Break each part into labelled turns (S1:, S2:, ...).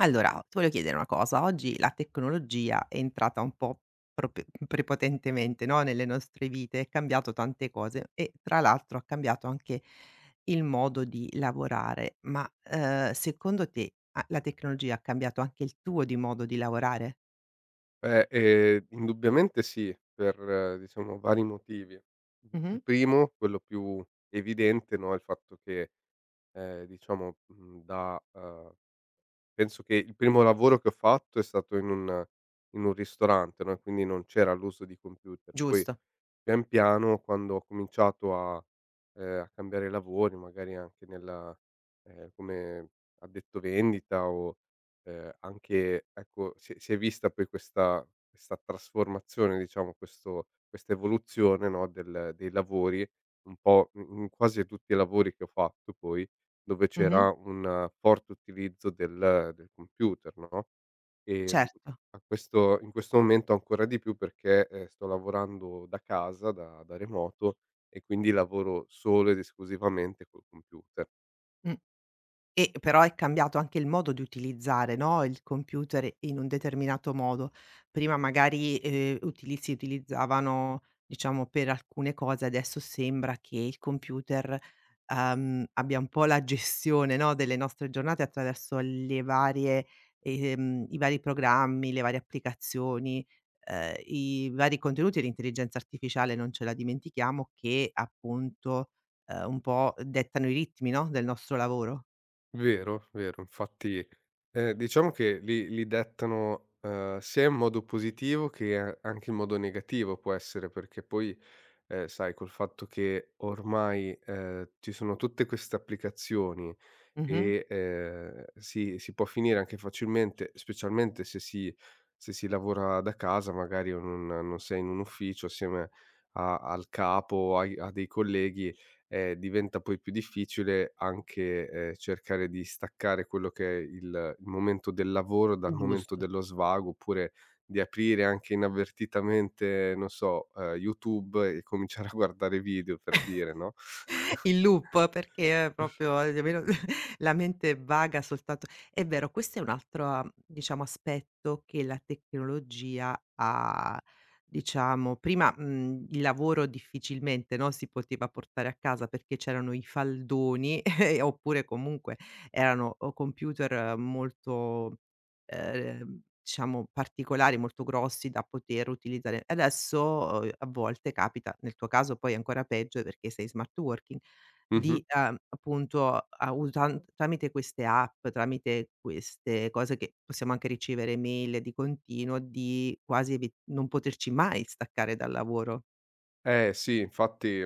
S1: Allora, ti voglio chiedere una cosa. Oggi la tecnologia è entrata un po' prope prepotentemente, no, nelle nostre vite, è cambiato tante cose e tra l'altro ha cambiato anche il modo di lavorare. Ma, secondo te, a la tecnologia ha cambiato anche il tuo di modo di lavorare?
S2: Beh, indubbiamente sì, per diciamo vari motivi. Il
S1: Mh-mh.
S2: primo, quello più evidente, no, è il fatto che, diciamo, mhmm, da penso che il primo lavoro che ho fatto è stato in un ristorante, no, e quindi non c'era l'uso di computer. Poi
S1: Giusto.
S2: pian piano quando ho cominciato a cambiare lavori, magari anche nella come addetto vendita o, anche ecco, si è vista poi questa trasformazione, diciamo, questo questa evoluzione, no, del dei lavori, un po' in quasi tutti i lavori che ho fatto poi, dove c'era
S1: Mh-mh.
S2: un forte utilizzo del computer, no? Ehm,
S1: Certo.
S2: a questo in questo momento ancora di più perché, sto lavorando da casa, da remoto e quindi lavoro solo ed esclusivamente col computer.
S1: Mh. E però è cambiato anche il modo di utilizzare, no, il computer in un determinato modo. Prima magari, utili si utilizzavano, diciamo, per alcune cose, adesso sembra che il computer, abbia un po' la gestione, no, delle nostre giornate attraverso le varie i vari programmi, le varie applicazioni, i vari contenuti e l'intelligenza artificiale, non ce la dimentichiamo, che appunto, un po' dettano i ritmi, no, del nostro lavoro.
S2: Vero, vero. Infatti, diciamo che li dettano, sia in modo positivo che a anche in modo negativo può essere, perché poi, sai col fatto che ormai, ci sono tutte queste applicazioni
S1: Mh-mh.
S2: e, si può finire anche facilmente, specialmente se si lavora da casa, magari o non sei in un ufficio assieme a al capo, o ai a dei colleghi, diventa poi più difficile anche, cercare di staccare quello che è il momento del lavoro dal momento
S1: Giusto.
S2: dello svago, oppure di aprire anche inavvertitamente, non so, YouTube e cominciare a guardare video per dire, no?
S1: In loop perché proprio la mente vaga soltanto, è vero, questo è un altro, diciamo, aspetto che la tecnologia ha diciamo prima, il lavoro difficilmente, no, si poteva portare a casa perché c'erano i faldoni oppure comunque erano o computer molto diciamo particolari, molto grossi da poter utilizzare. Adesso, a volte capita, nel tuo caso poi ancora peggio perché sei smart working,
S2: Mh-mh.
S1: di, appunto, a usan tramite queste app, tramite queste cose che possiamo anche ricevere email di continuo, di quasi evi non poterci mai staccare dal lavoro.
S2: Eh sì, infatti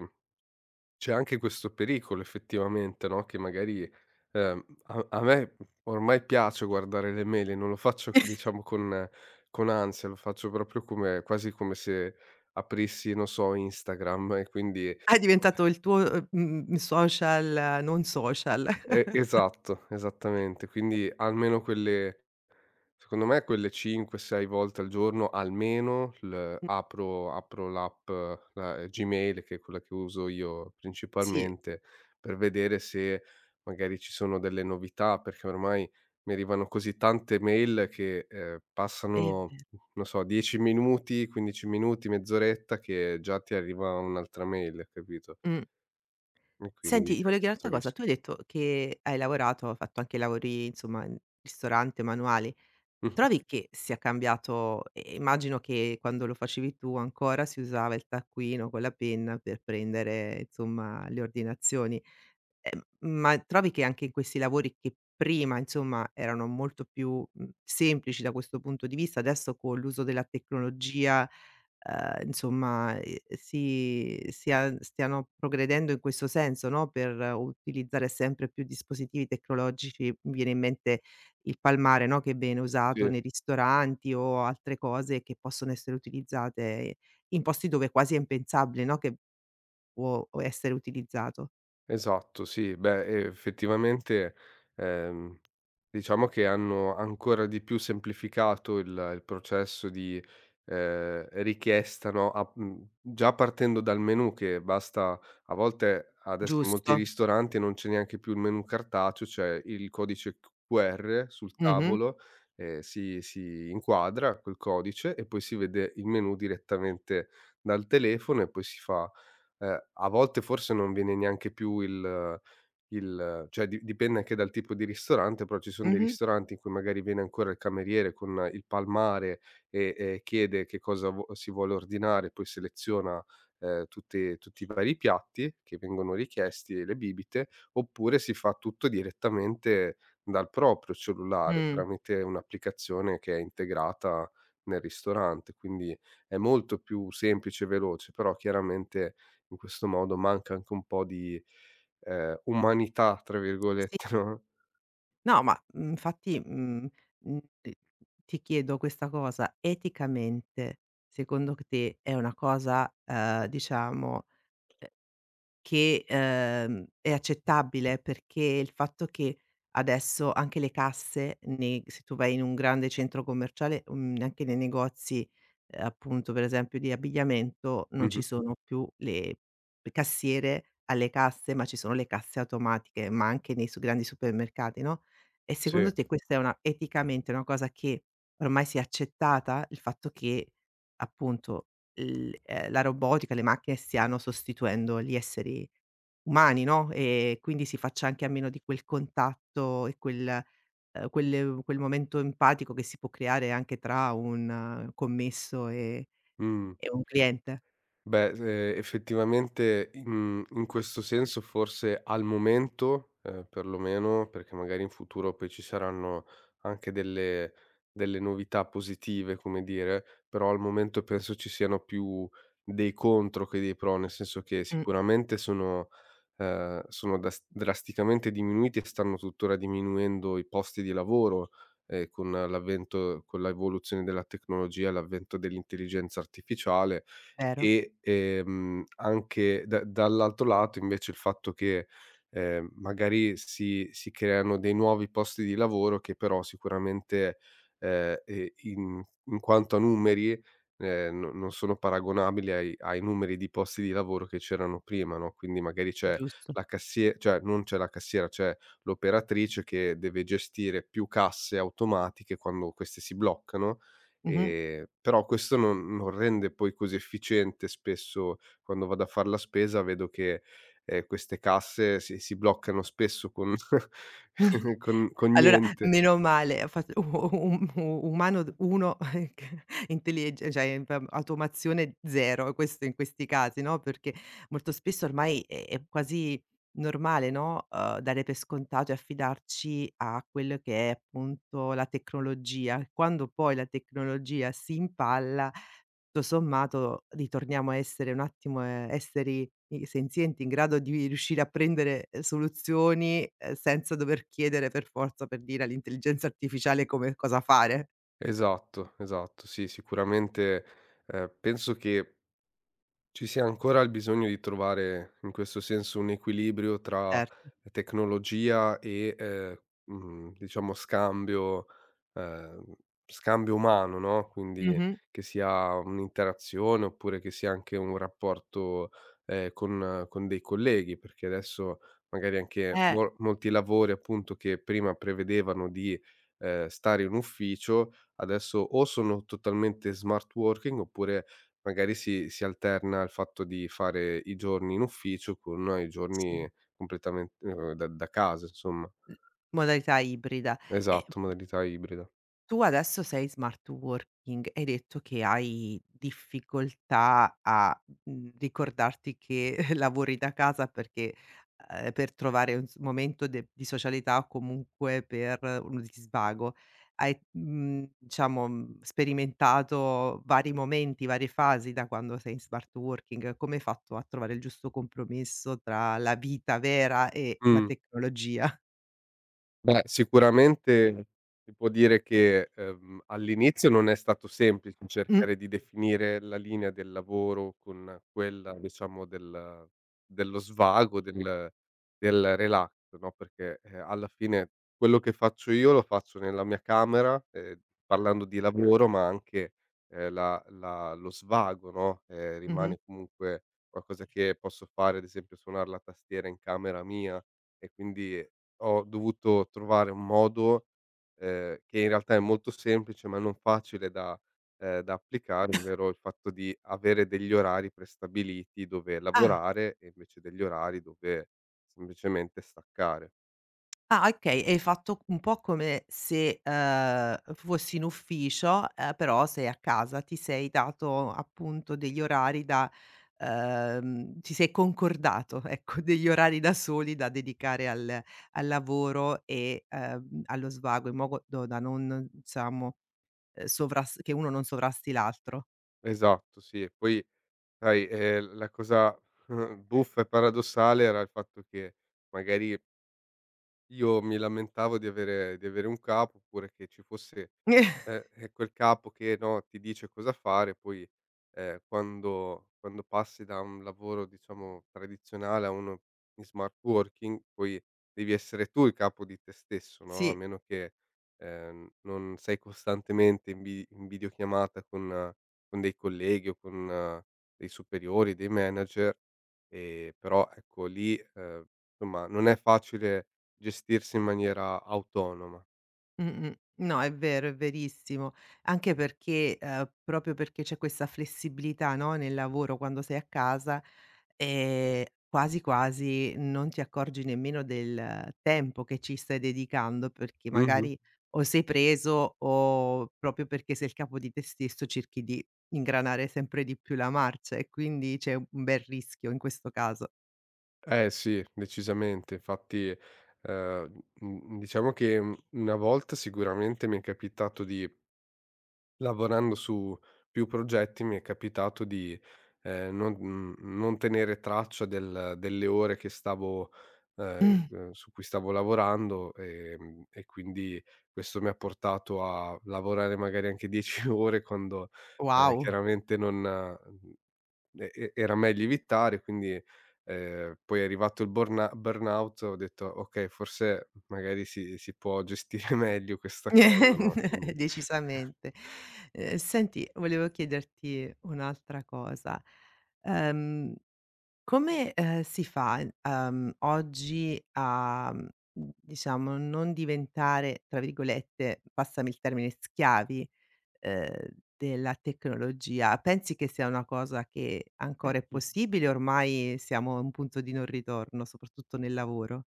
S2: c'è anche questo pericolo effettivamente, no, che magari, a me ormai piace guardare le mail e non lo faccio diciamo con ansia, lo faccio proprio come quasi come se aprissi, non so, Instagram. E quindi
S1: È diventato il tuo, social non social.
S2: e esatto, esattamente. Quindi almeno quelle secondo me quelle 5, 6 volte al giorno almeno l apro apro l'app, la Gmail, che è quella che uso io
S1: Sì,
S2: principalmente, per vedere se magari ci sono delle novità, perché ormai mi arrivano così tante mail che,
S1: è ve
S2: passano, non so, 10 minuti, 15 minuti, mezz'oretta che già ti arriva un'altra mail, capito?
S1: mh.
S2: E quindi
S1: Senti, ti
S2: c'è
S1: voglio chiedere
S2: questo
S1: un'altra cosa.
S2: rischio.
S1: Tu hai detto che hai lavorato, hai fatto anche lavori, insomma, in ristorante, manuali.
S2: Mh-mh.
S1: Trovi che sia cambiato? E immagino che quando lo facevi tu ancora si usava il taccuino con la penna per prendere, insomma, le ordinazioni. Ma trovi che anche in questi lavori che prima, insomma, erano molto più, semplici da questo punto di vista, adesso con l'uso della tecnologia, stiano progredendo in questo senso, no, per utilizzare sempre più dispositivi tecnologici. Mi viene in mente il palmare, no, che viene usato
S2: Sì.
S1: nei ristoranti o altre cose che possono essere utilizzate in posti dove quasi è impensabile, no, che può essere utilizzato.
S2: Esatto, sì. Beh, effettivamente, ehm, diciamo che hanno ancora di più semplificato il processo di, richiesta, no. Già partendo dal menù, che basta, a volte adesso in molti
S1: Giusto?
S2: ristoranti non c'è neanche più il menù cartaceo, c'è il codice q QR sul
S1: Mh-mh,
S2: tavolo, si inquadra quel codice e poi si vede il menù direttamente dal telefono e poi si fa. A volte forse non viene neanche più il cioè, di dipende anche dal tipo di ristorante, però ci son dei
S1: mh-mh,
S2: ristoranti in cui magari viene ancora il cameriere con il palmare e chiede che cosa vu si vuole ordinare, poi seleziona, tutti i vari piatti che vengono richiesti e le bibite, oppure si fa tutto direttamente dal proprio cellulare
S1: mh.
S2: tramite un'applicazione che è integrata nel ristorante. Quindi è molto più semplice e veloce, però chiaramente in questo modo manca anche un po' di, "umanità" tra
S1: Sì.
S2: virgolette, no.
S1: No, ma, mhmm, infatti, mhmm, mhmm, ti chiedo questa cosa: eticamente, secondo c te è una cosa, diciamo che, è accettabile, perché il fatto che adesso anche le casse nei se tu vai in un grande centro commerciale, anche nei negozi, appunto per esempio di abbigliamento, non ci
S2: Mh-mh.
S1: sono più le cassiere alle casse, ma ci sono le casse automatiche, ma anche nei su grandi supermercati, no, e
S2: Sì.
S1: secondo te questa è una eticamente una cosa che ormai si è accettata? Il fatto che appunto l la robotica, le macchine stiano sostituendo gli esseri umani, no, e quindi si faccia anche a meno di quel contatto e quel quel momento empatico che si può creare anche tra un commesso e
S2: Mh.
S1: un cliente.
S2: Beh, se effettivamente in questo senso, forse al momento, perlomeno, perché magari in futuro poi ci saranno anche delle novità positive, come dire, però al momento penso ci siano più dei contro che dei pro, nel senso che
S1: Mh,
S2: sicuramente sono sono das drasticamente diminuiti e stanno tuttora diminuendo i posti di lavoro, con l'evoluzione della tecnologia, l'avvento dell'intelligenza artificiale
S1: vero,
S2: e, anche da dall'altro lato invece il fatto che, magari si creano dei nuovi posti di lavoro che però sicuramente, ehm, ehm, in in quanto a numeri, no, non sono paragonabili ai numeri di posti di lavoro che c'erano prima, no, quindi magari c'è
S1: giusto.
S2: la cassie cioè, non c'è la cassiera, c'è l'operatrice che deve gestire più casse automatiche quando queste si bloccano.
S1: Mh-mh.
S2: Però questo non rende poi così efficiente, spesso quando vado a far la spesa vedo che, queste casse si bloccano spesso con con
S1: Allora,
S2: niente.
S1: meno male, ha fatto u u u umano d 1, intellige cioè, p automazione 0, questo in questi casi, no, perché molto spesso ormai è quasi normale, no, dare per scontato e affidarci a quello che è appunto la tecnologia. Quando poi la tecnologia si impalla tutto sommato ritorniamo a essere un attimo, esseri i senzienti in grado di riuscire a prendere, soluzioni, senza dover chiedere per forza, per dire, all'intelligenza artificiale come cosa fare.
S2: Esatto, esatto. Sì, sicuramente, penso che ci sia ancora il bisogno di trovare, in questo senso, un equilibrio tra
S1: Certo.
S2: tecnologia e, diciamo, ehm, scambio umano, no, quindi,
S1: Mh-mh.
S2: che sia un'interazione, oppure che sia anche un rapporto, con dei colleghi, perché adesso magari anche
S1: Eh,
S2: molti lavori, appunto, che prima prevedevano di, stare in ufficio, adesso o sono totalmente smart working, oppure magari si alterna il fatto di fare i giorni in ufficio con i giorni
S1: sì.
S2: completamente, da casa insomma.
S1: Modalità ibrida. E
S2: Esatto, modalità ibrida.
S1: tu adesso sei smart working, hai detto che hai difficoltà a, ricordarti che lavori da casa perché per trovare un s momento de di socialità o comunque per uno di svago. Hai, sperimentato vari momenti, varie fasi da quando sei in smart working. Come hai fatto a trovare il giusto compromesso tra la vita vera e la
S2: Mh.
S1: tecnologia?
S2: Beh, sicuramente si può dire che, all'inizio non è stato semplice
S1: Mh,
S2: cercare di definire la linea del lavoro con quella, diciamo, dello svago, del relax, no, perché, alla fine quello che faccio io lo faccio nella mia camera, parlando di lavoro, ma anche, la la lo svago, no,
S1: mh-mh.
S2: rimane comunque qualcosa che posso fare, ad esempio suonar la tastiera in camera mia, e quindi ho dovuto trovare un modo, che in realtà è molto semplice, ma non facile da applicare, ovvero il fatto di avere degli orari prestabiliti dove
S1: Ah.
S2: lavorare e invece degli orari dove semplicemente staccare.
S1: Ah, okay, è fatto un po' come se, fossi in ufficio, però sei a casa, ti sei dato appunto degli orari da ti sei concordato, ecco, degli orari da soli da dedicare al al lavoro e, allo svago in modo da non diciamo, sovras che uno non sovrasti l'altro.
S2: Esatto, sì, e poi sai, la cosa buffa e paradossale era il fatto che magari io mi lamentavo di avere un capo, oppure che ci fosse, quel capo che, no, ti dice cosa fare, poi, quando passi da un lavoro, diciamo, tradizionale a uno in smart working, poi devi essere tu il capo di te stesso, no, a
S1: Sì.
S2: meno che, non sei costantemente in videochiamata con, con dei colleghi o con, dei superiori, dei manager, però ecco lì, insomma non è facile gestirsi in maniera autonoma.
S1: Mh-mh. No, è vero, è verissimo. Anche perché proprio perché c'è questa flessibilità, no, nel lavoro quando sei a casa, ehm, quasi quasi non ti accorgi nemmeno del tempo che ci stai dedicando, perché
S2: Mh-mh.
S1: magari o sei preso o proprio perché sei il capo di te stesso cerchi di ingranare sempre di più la marcia e quindi c'è un bel rischio in questo caso.
S2: Eh sì, decisamente. Infatti, diciamo che, una volta sicuramente mi è capitato di lavorando su più progetti, mi è capitato di, non tenere traccia delle ore che stavo
S1: Mm.
S2: su cui stavo lavorando, e quindi questo mi ha portato a lavorare magari anche 10 ore quando,
S1: Wow!
S2: chiaramente non mhmm, e era meglio evitare, quindi, poi è arrivato il burna burnout, ho detto: "Okay, forse magari si può gestire meglio questa cosa, no?" Quindi,
S1: Decisamente. Senti, volevo chiederti un'altra cosa. Ehm, Come, si fa, oggi a, diciamo non diventare, tra virgolette, passami il termine, "schiavi", ehm, della tecnologia? Pensi che sia una cosa che ancora è possibile, ormai siamo a un punto di non ritorno, soprattutto nel lavoro?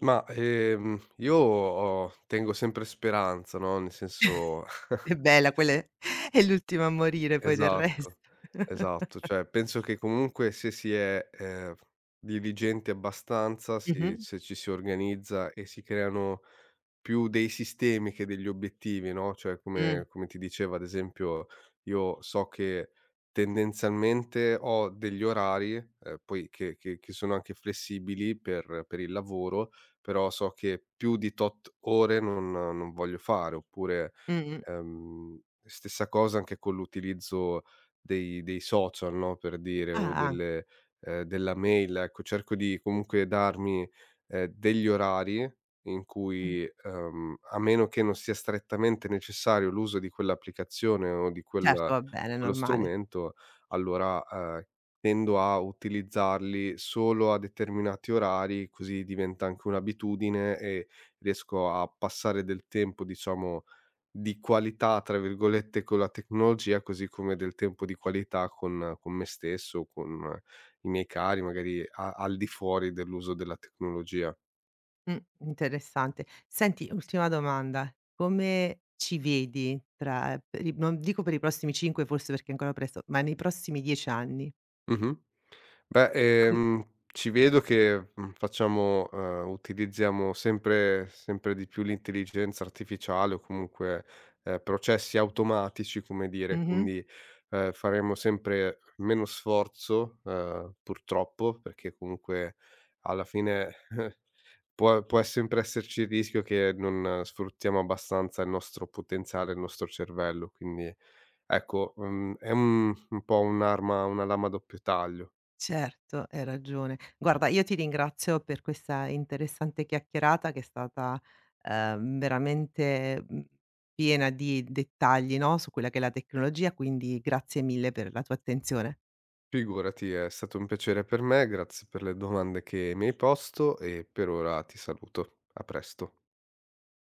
S2: ma, io ho tengo sempre speranza, no, nel senso.
S1: È bella, quella è è l'ultima a morire poi del resto.
S2: Esatto, esatto. Cioè, penso che comunque se si è, diligenti abbastanza, si
S1: Mh-mh.
S2: se ci si organizza e si creano più dei sistemi che degli obiettivi, no, cioè come
S1: Mh.
S2: come ti dicevo ad esempio, io so che tendenzialmente ho degli orari, poi, che sono anche flessibili per il lavoro, però so che più di tot ore non voglio fare. Oppure,
S1: Mh-mh.
S2: Ehm, stessa cosa anche con l'utilizzo dei social, no, per dire, o
S1: Ah, an
S2: delle della mail, ecco. Cerco di comunque darmi, degli orari in
S1: mh.
S2: cui, a meno che non sia strettamente necessario l'uso di quell'applicazione o di
S1: Certo,
S2: quella
S1: va
S2: di
S1: bene, è
S2: quello
S1: normale.
S2: strumento, allora, tendo a utilizzarli solo a determinati orari, così diventa anche un'abitudine e riesco a passare del tempo, diciamo, di qualità, tra virgolette, con la tecnologia, così come del tempo di qualità con me stesso, con, i miei cari, magari a al di fuori dell'uso della tecnologia.
S1: Mh, interessante. Senti, ultima domanda: come ci vedi tra per i non dico per i prossimi 5 forse perché è ancora presto, ma nei prossimi 10 anni?
S2: Mh-mh. Beh,
S1: Com
S2: ci vedo che, facciamo utilizziamo sempre sempre di più l'intelligenza artificiale o comunque, processi automatici, come dire,
S1: mh-mh.
S2: quindi, faremo sempre meno sforzo, purtroppo, perché comunque alla fine può sempre esserci il rischio che non, sfruttiamo abbastanza il nostro potenziale, il nostro cervello, quindi ecco, è un po' un'arma una lama a doppio taglio.
S1: Certo, hai ragione. Guarda, io ti ringrazio per questa interessante chiacchierata che è stata, veramente, piena di dettagli, no, su quella che è la tecnologia, quindi grazie mille per la tua attenzione.
S2: Figurati, è stato un piacere per me, grazie per le domande che mi hai posto e per ora ti saluto. A presto.